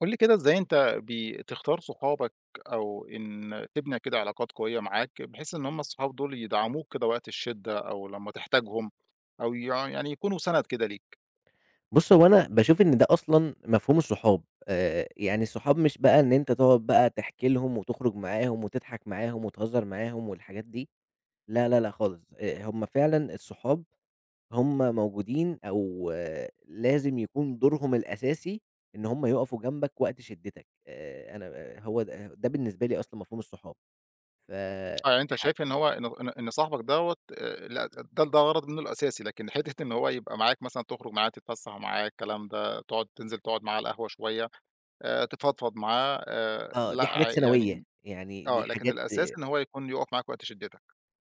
قُل لي كده إزاي أنت بتختار صحابك أو إن تبني كده علاقات قوية معاك، بحيث إن هم الصحاب دول يدعموك كده وقت الشدة أو لمّا تحتاجهم أو يعني يكونوا سَنَد كده ليك، بُص، هو أنا باشوف إن ده أصلًا مفهوم الصحاب، يعني الصحاب مش بقى إن أنت تقعد بقى تحكي لهم وتخرج معاهم وتضحك معاهم وتهزر معاهم والحاجات دي. لا، لا، لأ خالص. هم فعلًا الصحاب هم موجودين. أو لازم يكون دورهم الأساسي إن هم يقفوا جنبك وقت شدتك. أنا هو ده بالنسبة لي أصلًا مفهوم الصحاب. ف آه، يعني أنت ح شايف إن هو إن صاحبك دوّة لأ ده غرض منه الأساسي، لكن حتّة إن هو يبقى معاك مثلًا تخرج معاه، تتفسّح معاه، الكلام ده، تقعد تنزل تقعد معاه على القهوة شوية، تفضفض معاه آه، دي لأ، حاجات ثانوية، يعني يعني آه، دي لكن حاجات الأساس إن هو يكون يُقف معاك وقت شدتك.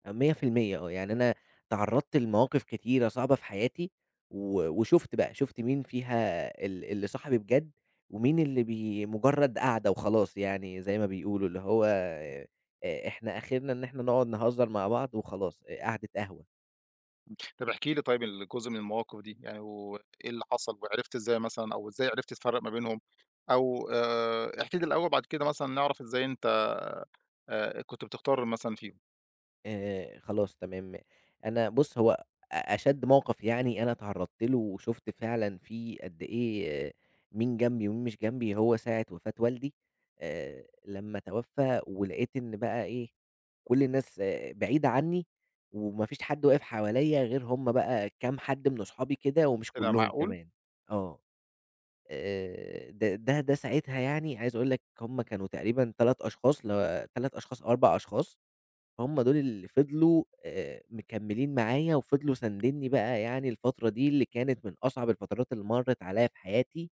100%. آه، يعني أنا تعرّضت لمواقف كتيرة صعبة في حياتي، وشُفت بقى، شُفت مين فيها اللي صاحبي بجد، ومين اللي بي مجرّد قعدة وخلاص، يعني زي ما بيقولوا، اللي هو إحنا آخرنا إن إحنا نقعد نهزر مع بعض وخلاص، قعدة قهوة. طب احكِ لي طيب جزء من المواقف دي، يعني وإيه اللي حصل وعرفت إزاي مثلًا أو إزاي عرفت تفرّق ما بينهم؟ أو احكِ لي الأول بعد كده مثلًا نعرف إزاي أنت كنت بتختار مثلًا فيهم، خلاص تمام. أنا بُص، هو أشَد موقِف يعني أنا اتعرّضت له وشُفت فعلًا في قد إيه آه، مين جنبي ومين مش جنبي، هو ساعة وفاة والدي. لمّا توفّى ولقيت إن بقى إيه، كل الناس آه بعيدة عنّي وما فيش حد واقف حواليّا غير هم بقى كام حد من أصحابي كده ومش كده كُلّهم معقول؟ كمان. آه. ده ده ده ساعتها يعني عايز أقول لك هم كانوا تقريبًا 3 أشخاص 3 أشخاص أو 4 أشخاص. هم دول اللي فضلوا مكمّلين معايا وفضلوا ساندينّي بقى، يعني الفترة دي اللي كانت من أصعب الفترات اللي مرّت عليّا في حياتي،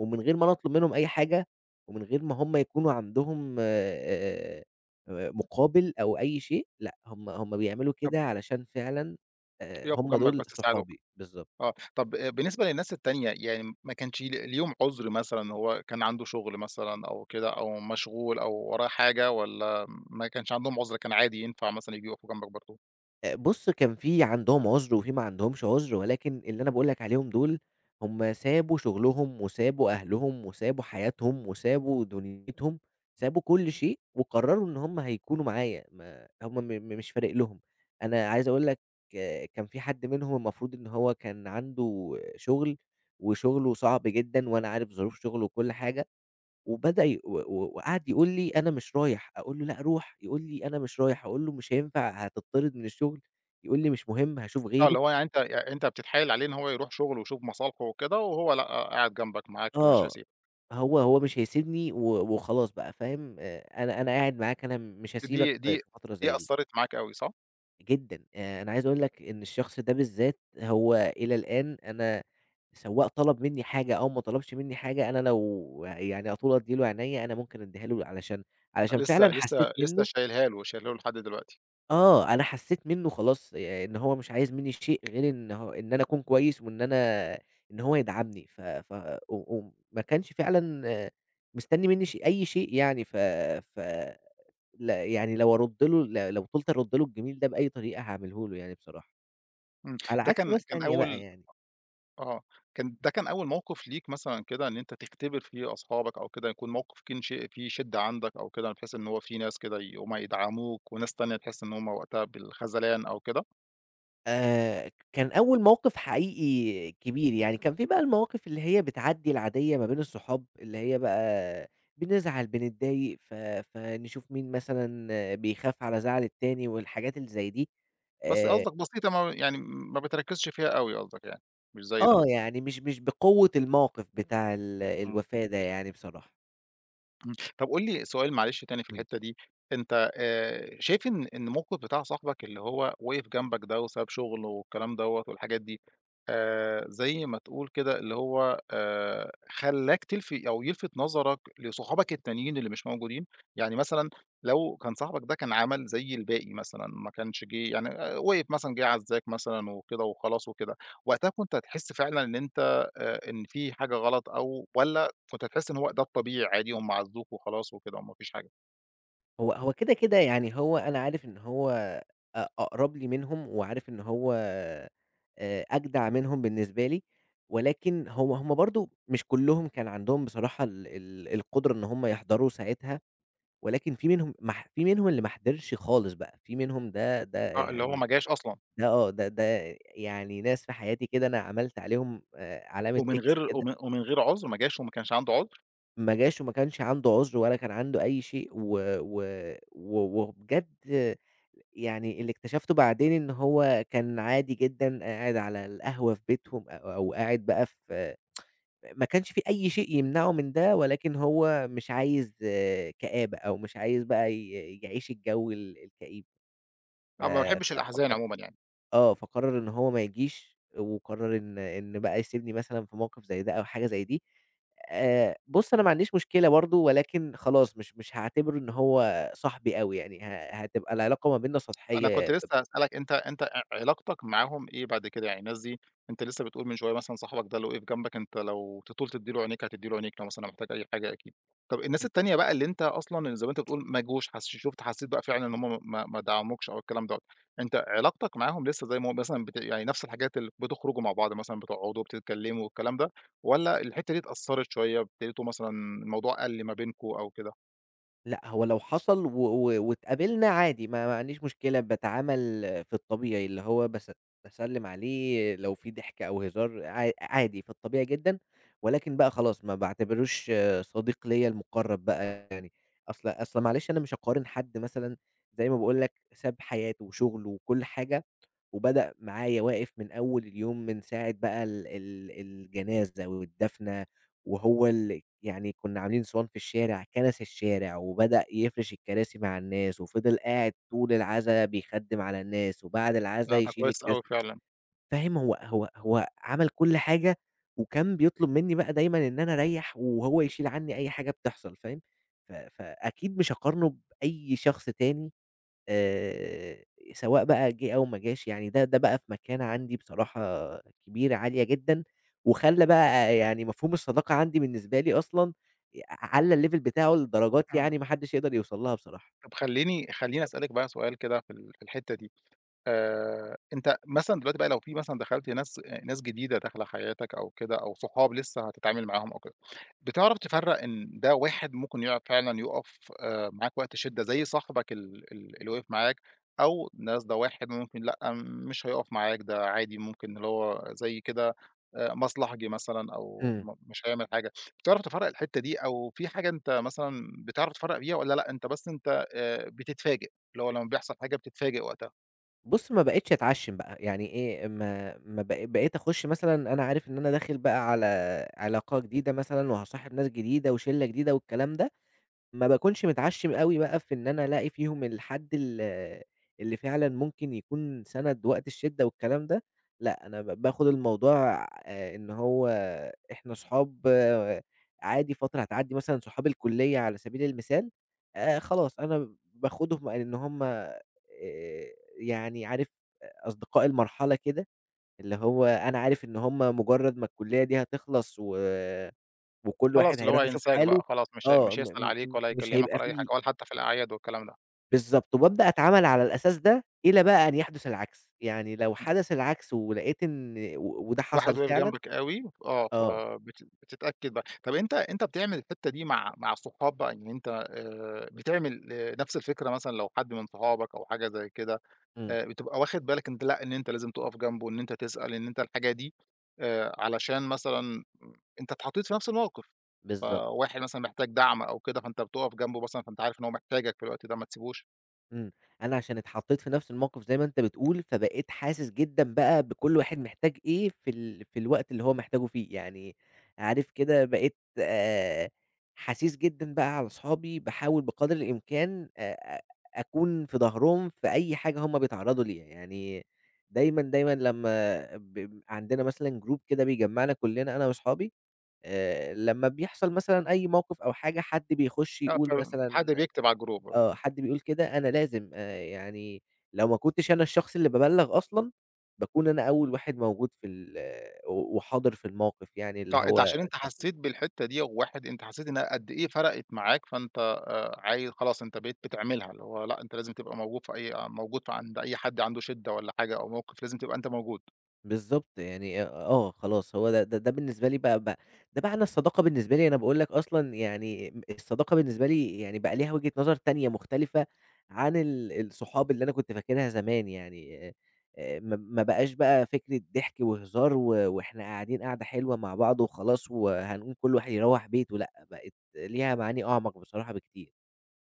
ومن غير ما أنا أطلب منهم أي حاجة، ومن غير ما هم يكونوا عندهم مقابل أو أي شيء. لأ، هم هم بيعملوا طب كده علشان فعلًا يقفوا هم جنبك دول بس يساعدوك، صحابي، بالضبط. آه، طب بالنسبة للناس التانية يعني ما كانش ليهم عُذر مثلًا هو كان عنده شغل مثلًا أو كده أو مشغول أو وراه حاجة والّا ما كانش عندهم عُذر كان عادي ينفع مثلًا ييجوا يقفوا جنبك برضه؟ بُص، كان في عندهم عُذر وفي ما عندهمش عُذر، ولكن اللي أنا باقول لك عليهم دول هم سابوا شغلهم وسابوا أهلهم وسابوا حياتهم وسابوا دنيتهم، سابوا كل شيء وقرروا إن هم هيكونوا معايا، ما هم م م مش فارق لهم. أنا عايز أقول لك كان في حد منهم المفروض إن هو كان عنده شغل، وشغله صعب جدًا وأنا عارف ظروف شغله وكل حاجة، وبدأ ي و و وقعد يقول لي: "أنا مش رايح." أقول له: "لأ روح." يقول لي: "أنا مش رايح." أقول له: "مش هينفع هتطرد من الشغل." يقول لي: "مش مهم هاشوف آه، غيره." اللي هو يعني أنت يعني أنت بتتحايل عليه إن هو يروح شغله ويشوف مصالحه وكده، وهو لأ، آه، قاعد جنبك معاك مش آه، هيسيبك، هو مش هيسيبني وخلاص بقى فاهم. أنا قاعد معاك، أنا مش هاسيبك دي دي في فترة دي زي دي. أثّرت معاك أوي صح؟ جدًا. أنا عايز أقول لك إن الشخص ده بالذات هو إلى الآن أنا سواء طلب مني حاجة أو ما طلبش مني حاجة، أنا لو يعني على طول أدّي له عينيّا، أنا ممكن أدّيها له علشان علشان لسه فعلًا حسيت لسه لسه منه شايلها له، شايلها له لحد دلوقتي، آه. أنا حسّيت منّه خلاص. إن هو مش عايز منّي شيء غير إن هو إن أنا أكون كويس، وإن أنا إن هو يدعمني. ف ف وما كانش فعلًا آه، مستنّي منّي أي شيء يعني. ف ف لا، يعني لو أرُد له لو طُلت أرُد له الجميل ده بأي طريقة هاعمله له يعني بصراحة، إمم، على ده عكس كان ناس كان تانية بقى أول يعني. آه، كان ده كان أول موقف ليك مثلًا كده إن أنت تختبر فيه أصحابك أو كده، يكون موقف كان فيه شِدّة عندك أو كده، بحيث إن هو في ناس كده يقوموا يدعموك، وناس تانية تحس إن هُم وقتها بالخذلان أو كده، كان أول موقف حقيقي كبير. يعني كان في بقى المواقف اللي هي بتعدّي العادية ما بين الصحاب، اللي هي بقى بنزعل، بنتضايق، فنشوف مين مثلًا بيخاف على زعل التاني والحاجات اللي زي دي. بس آآ قصدك بسيطة ما بتركّزش فيها أوي قصدك يعني، مش زي ده، آه، يعني مش بقوة الموقف بتاع إمم. الوفاة ده يعني بصراحة. إمم، طب قُل لي سؤال معلش تاني في إمم. الحتّة دي، أنت شايف إن الموقف بتاع صاحبك اللي هو وقف جنبك ده وساب شغله والكلام دوّة والحاجات دي، زي ما تقول كده اللي هو خلّاك تلفي أو يلفت نظرك لصحابك التانيين اللي مش موجودين؟ يعني مثلًا لو كان صاحبك ده كان عمل زي الباقي مثلًا، ما كانش جِه يعني وقف مثلًا جِه عزّاك مثلًا وكده وخلاص وكده، وقتها كنت هتحس فعلًا إن أنت إن في حاجة غلط أو والّا كنت هتحس إن هو ده الطبيعي عادي هم عزّوك وخلاص وكده وما فيش حاجة، هو هو كده، كده يعني هو أنا عارف إن هو أقرب لي منهم، وعارف إن هو أجدع منهم بالنسبة لي، ولكن هو هم برضه مش كلّهم كان عندهم بصراحة ال ال القدرة إن هم يحضروا ساعتها. ولكن في منهم ما ح في منهم اللي ما حضرش خالص بقى، في منهم ده آه، اللي هو يعني. ما جاش أصلًا ده آه، ده ده يعني ناس في حياتي كده أنا عملت عليهم علامة ومن X غير كده. ومن ومن غير عُذر ما جاش وما كانش عنده عُذر، ما جاش وما كانش عنده عذر ولا كان عنده أي شيء و و و وبجد يعني اللي اكتشفته بعدين إن هو كان عادي جدًا قاعد على القهوة في بيتهم أو قاعد بقى في. ما كانش في أي شيء يمنعه من ده، ولكن هو مش عايز آه، كآبة، أو مش عايز بقى يعيش الجو الكئيب. ف أنا ما باحبش ف الأحزان فقرر عمومًا يعني. آه، فقرر إن هو ما يجيش، وقرر إن بقى يسيبني مثلًا في موقف زي ده أو حاجة زي دي. بُص، أنا ما عنديش مشكلة برضه، ولكن خلاص مش هاعتبره إن هو صاحبي أوي يعني. هتبقى العلاقة ما بيننا أنا سطحية كنت ب لسه ب هاسألك أنت علاقتك معاهم إيه بعد كده؟ يعني الناس دي أنت لسه بتقول من شوية مثلًا صاحبك ده اللي وقف جنبك أنت لو تطول تدّي له عينيك هتدّي له عينيك، لو مثلًا محتاج أي حاجة أكيد. طب الناس م التانية بقى اللي أنت أصلًا زي ما أنت بتقول ما جوش حس شُفت حسّيت بقى فعلًا إن هم ما دعموكش أو الكلام دوّة، أنت علاقتك معاهم لسه زي ما هو مثلًا يعني نفس الحاجات بتخرجوا مع بعض مثلًا بتقعدوا بتتكلموا والكلام ده، والّا الحتّة دي اتأثّرت شوية ابتديتوا مثلًا الموضوع قَل ما بينكم أو كده؟ لأ. هو لو حصل و و واتقابلنا عادي، ما عنديش مشكلة. باتعامل في الطبيعي. اللي هو بس باسلِّم عليه، لو في ضحك أو هزار عادي، في الطبيعي جدًا. ولكن بقى خلاص ما باعتبروش صديق ليّا المُقرّب بقى. أصل معلش أنا مش هاقارن حد مثلًا زي ما باقول لك ساب حياته وشغله وكل حاجة، وبدأ معايا واقف من أول اليوم من ساعة بقى ال ال الجنازة والدفنة. وهو يعني كنا عاملين صوان في الشارع، كنس الشارع وبدأ يفرش الكراسي مع الناس، وفضل قاعد طول العزا بيخدِّم على الناس، وبعد العزا آه، ده يشيل كويس أوي الكراسي. فعلًا. فاهم، هو عمل كل حاجة، وكان بيطلب منّي بقى دايمًا إن أنا أريّح، وهو يشيل عني أي حاجة بتحصل، فاهم. فأكيد مش هاقارنه بأي شخص تاني. آآ، سواء بقى جه أو ما جاش، يعني ده بقى في مكانة عندي بصراحة كبيرة عالية جدًا. وخلّى بقى يعني مفهوم الصداقة عندي بالنسبة لي أصلًا علّى الlevel بتاعه لدرجات إمم. يعني ما حدش يقدر يوصل لها بصراحة. طب خلّيني أسألِك بقى سؤال كده في الحتّة دي، أنت مثلًا دلوقتي بقى لو في مثلًا دخلت ناس ناس جديدة داخلة حياتك أو كده أو صحاب لسه هتتعامل معاهم أو كده، بتعرف تفرّق إن ده واحد ممكن يقف فعلًا يُقف معاك وقت شدة زي صاحبك ال ال اللي وقف معاك أو ناس ده واحد ممكن لأ، مش هيُقف معاك ده عادي ممكن اللي هو زي كده مصلحجي مثلًا أو إمم. مش هيعمل حاجة، بتعرف تفرّق الحتّة دي أو في حاجة أنت مثلًا بتعرف تفرّق بيها والّا لأ، أنت بس أنت بتتفاجئ، اللي هو لمّا بيحصل حاجة بتتفاجئ وقتها؟ بُص، ما بقيتش أتعشِّم بقى. يعني إيه، ما ما بق بقيت أخُش مثلًا أنا عارف إن أنا داخل بقى على علاقة جديدة مثلًا، وهاصاحب ناس جديدة وشِلّة جديدة والكلام ده، ما باكونش متعشّم أوي بقى في إن أنا ألاقي فيهم الحد اللي فعلًا ممكن يكون سَنَد وقت الشِدّة والكلام ده. لأ، أنا باخُد الموضوع إن هو إحنا صحاب آه، عادي فترة هتعدّي، مثلًا صحاب الكُلّية على سبيل المثال. خلاص أنا باخُدهم إن هم يعني عارف، أصدقاء المرحلة كده، اللي هو أنا عارف إن هم مُجرّد ما الكُلّية دي هتخلص وكل خلاص، واحد اللي هو هيروح يشوف هينساك حاله. بقى خلاص، آه، مش هيسأل عليك ولا مش هيكلمك هيبقى ولا أي حاجة في. ولا حتى في الأعياد والكلام ده، بالضبط. وبابدأ أتعامل على الأساس ده إلى بقى أن يحدث العكس. يعني لو إمم، حدث العكس ولقيت إن وده واحد حصل واقف فعلًا جنبك أوي آه، آه. بتتأكد بقى. طب أنت أنت بتعمل الحتّة دي مع الصحاب بقى يعني أنت بتعمل نفس الفكرة مثلًا لو حد من صحابك أو حاجة زي كده إمم. بتبقى واخد بالك أنت لأ، إن أنت لازم تقف جنبه، إن أنت تسأل، إن أنت الحاجة دي علشان مثلًا أنت اتحطيت في نفس الموقف، بالضبط. فواحد مثلًا محتاج دعم أو كده فأنت بتقف جنبه مثلًا، فأنت عارف إن هو محتاجك في الوقت ده ما تسيبوش؟ إمم. أنا عشان اتحطيت في نفس الموقف زي ما أنت بتقول، فبقيت حاسس جدًا بقى بكل واحد محتاج إيه في في الوقت اللي هو محتاجه فيه. يعني عارف كده بقيت حثيث جدًا بقى على صحابي. باحاول بقدر الإمكان أكون في ضهرهم في أي حاجة هُم بيتعرضوا ليها. يعني دايمًا، دايمًا لمّا عندنا مثلًا group كده بيجمعنا كلنا أنا وأصحابي، لمّا بيحصل مثلًا أي موقف أو حاجة، حد بيخش آه، يقول فحد مثلًا بيكتب على الجروب آه، آه، حد بيقول كده. أنا لازم يعني لو ما كنتش أنا الشخص اللي بابلّغ أصلًا، باكون أنا أول واحد موجود في آه، وحاضر في الموقف، يعني اللي آه، أنت هو عشان أنت صاحبي. حسيت بالحتّة دي وواحد أنت حسيت إنها قد إيه فرقت معاك، فأنت عايز خلاص أنت بقيت بتعملها، اللي هو لأ، أنت لازم تبقى موجود في أي آه، موجود في عند أي حد عنده شِدّة والّا حاجة أو موقف لازم تبقى أنت موجود. بالضبط. يعني آه، خلاص، هو ده بالنسبة لي بقى ده معنى الصداقة بالنسبة لي. أنا باقول لك أصلًا، يعني الصداقة بالنسبة لي يعني بقى ليها وجهة نظر تانية مختلفة عن الصحاب اللي أنا كنت فاكرها زمان يعني. ما بقاش بقى فكرة ضحك وهزار وإحنا قاعدين قعدة حلوة مع بعض وخلاص وهنقوم كل واحد يروّح بيته. لأ، بقت ليها معاني أعمق بصراحة بكتير.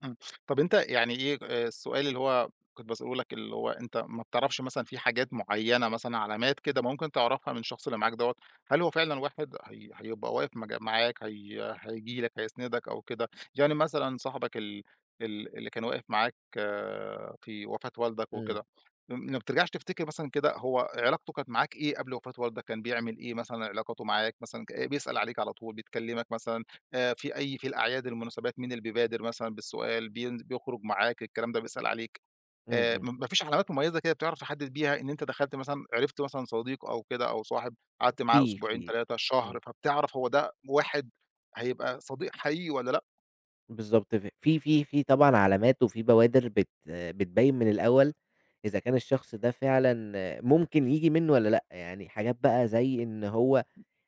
إمم. طب أنت يعني إيه السؤال اللي هو كنت باسأله لك اللي هو أنت ما بتعرفش مثلًا في حاجات معيّنة مثلًا علامات كده ممكن تعرفها من الشخص اللي معاك دوّة، هل هو فعلًا واحد هيبقى واقف معاك هييجي لك هيسندك أو كده؟ يعني مثلًا صاحبك ال ال اللي كان واقف معاك آه، في وفاة والدك إمم. وكده، ما بترجعش تفتكر مثلًا كده هو علاقته كانت معاك إيه قبل وفاة والدك، كان بيعمل إيه مثلًا علاقته معاك مثلًا بيسأل عليك على طول، بيكلمك مثلًا؟ في أي في الأعياد، المناسبات، مين اللي بيبادر مثلًا بالسؤال، بيخرج معاك، الكلام ده، بيسأل عليك، إمم. إمم. م ما فيش علامات مميزة كده بتعرف تحدد بيها إن أنت دخلت مثلًا عرفت مثلًا صديق أو كده أو صاحب قعدت معاه في 2 أسبوع، في 3 شهر، إمم. فبتعرف هو ده واحد هيبقى صديق حقيقي والّا لأ؟ بالضبط. ف في في في طبعًا علامات، وفي بوادر بتبيّن من الأول إذا كان الشخص ده فعلًا ممكن ييجي منّه والّا لأ. يعني حاجات بقى زي إن هو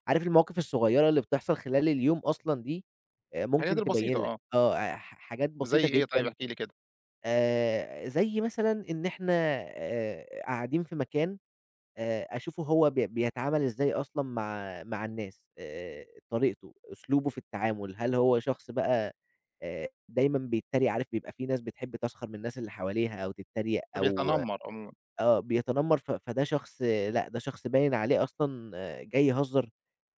عارف المواقف الصغيّرة اللي بتحصل خلال اليوم أصلًا دي، الحاجات ممكن تبيّن البسيطة لك آه، آه، حاجات زي بسيطة إيه طيب جدًا. احكِ لي كده؟ زي مثلًا إن إحنا قاعدين في مكان، أشوفه هو بيتعامل إزاي أصلًا مع الناس، طريقته، أسلوبه في التعامل، هل هو شخص بقى دايمًا بيتريق؟ عارف بيبقى في ناس بتحب تسخر من الناس اللي حواليها أو تتريق أو بيتنمر عمومًا، آه، بيتنمر. فده شخص لأ، ده شخص باين عليه أصلًا آه، جاي يهزر.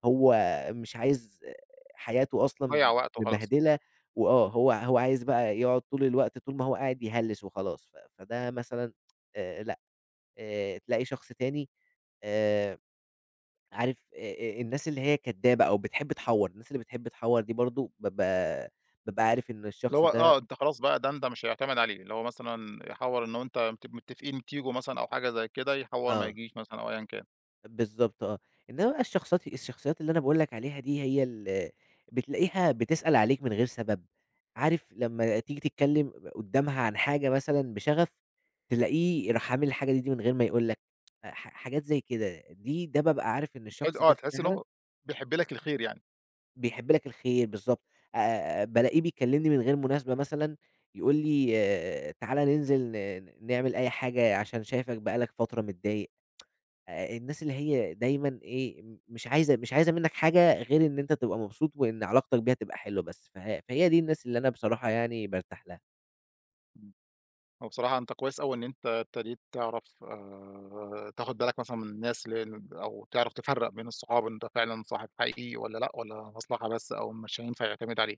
هو مش عايز آه، حياته ضيّع أصلًا وقت وخلاص، مبهدلة وآه، هو عايز بقى يقعد طول الوقت طول ما هو قاعد يهلِّس وخلاص. فده مثلًا لأ. تلاقي شخص تاني آآ عارف الناس اللي هي كدابة أو بتحب تحوّر. الناس اللي بتحب تحوّر دي برضه بابقى عارف إن اللي الشخص هو آه ده أنت خلاص بقى ده أنت مش هيعتمد عليه، اللي هو مثلًا يحوّر إن هو أنت متفقين تيجوا مثلًا أو حاجة زي كده، يحوّر ما آه. يجيش مثلًا أو أيًا كان. بالضبط. آه، إنما بقى الشخصيات اللي أنا باقول لك عليها دي هي بتلاقيها بتسأل عليك من غير سبب. عارف لمّا تيجي تتكلم قدّامها عن حاجة مثلًا بشغف، تلاقيه راح عامل الحاجة دي من غير ما يقول لك. حاجات زي كده، ده بابقى عارف إن حلو الشخص آه، ده تحس إن فعلًا هو بيحب لك الخير يعني. بيحب لك الخير. بالضبط. بالاقيه بيكلمني من غير مناسبة، مثلًا يقول لي تعالَ ننزل نعمل أي حاجة عشان شايفك بقى لك فترة متضايق. الناس اللي هي دايمًا إيه، مش عايزة منك حاجة غير إن أنت تبقى مبسوط وإن علاقتك بيها تبقى حلوة بس. فهي دي الناس اللي أنا بصراحة يعني بارتاح لها. إمم. هو بصراحة أنت كويس أوي إن أنت ابتديت تعرف تاخد بالك مثلًا من الناس لأن أو تعرف تفرّق بين الصحاب، أنت فعلًا صاحب حقيقي والّا لأ، والّا مصلحة بس أو مش هينفع يعتمد عليه.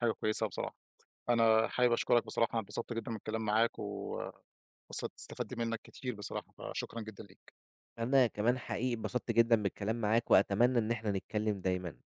حاجة كويسة بصراحة. أنا حابب أشكرك بصراحة، أنا اتبسطت جدًا من الكلام معاك و استفدت منّك كتير بصراحة، فشكرًا جدًا ليك. أنا كمان حقيقي اتبسطت جدًا بالكلام معاك وأتمنى إن إحنا نتكلم دايمًا.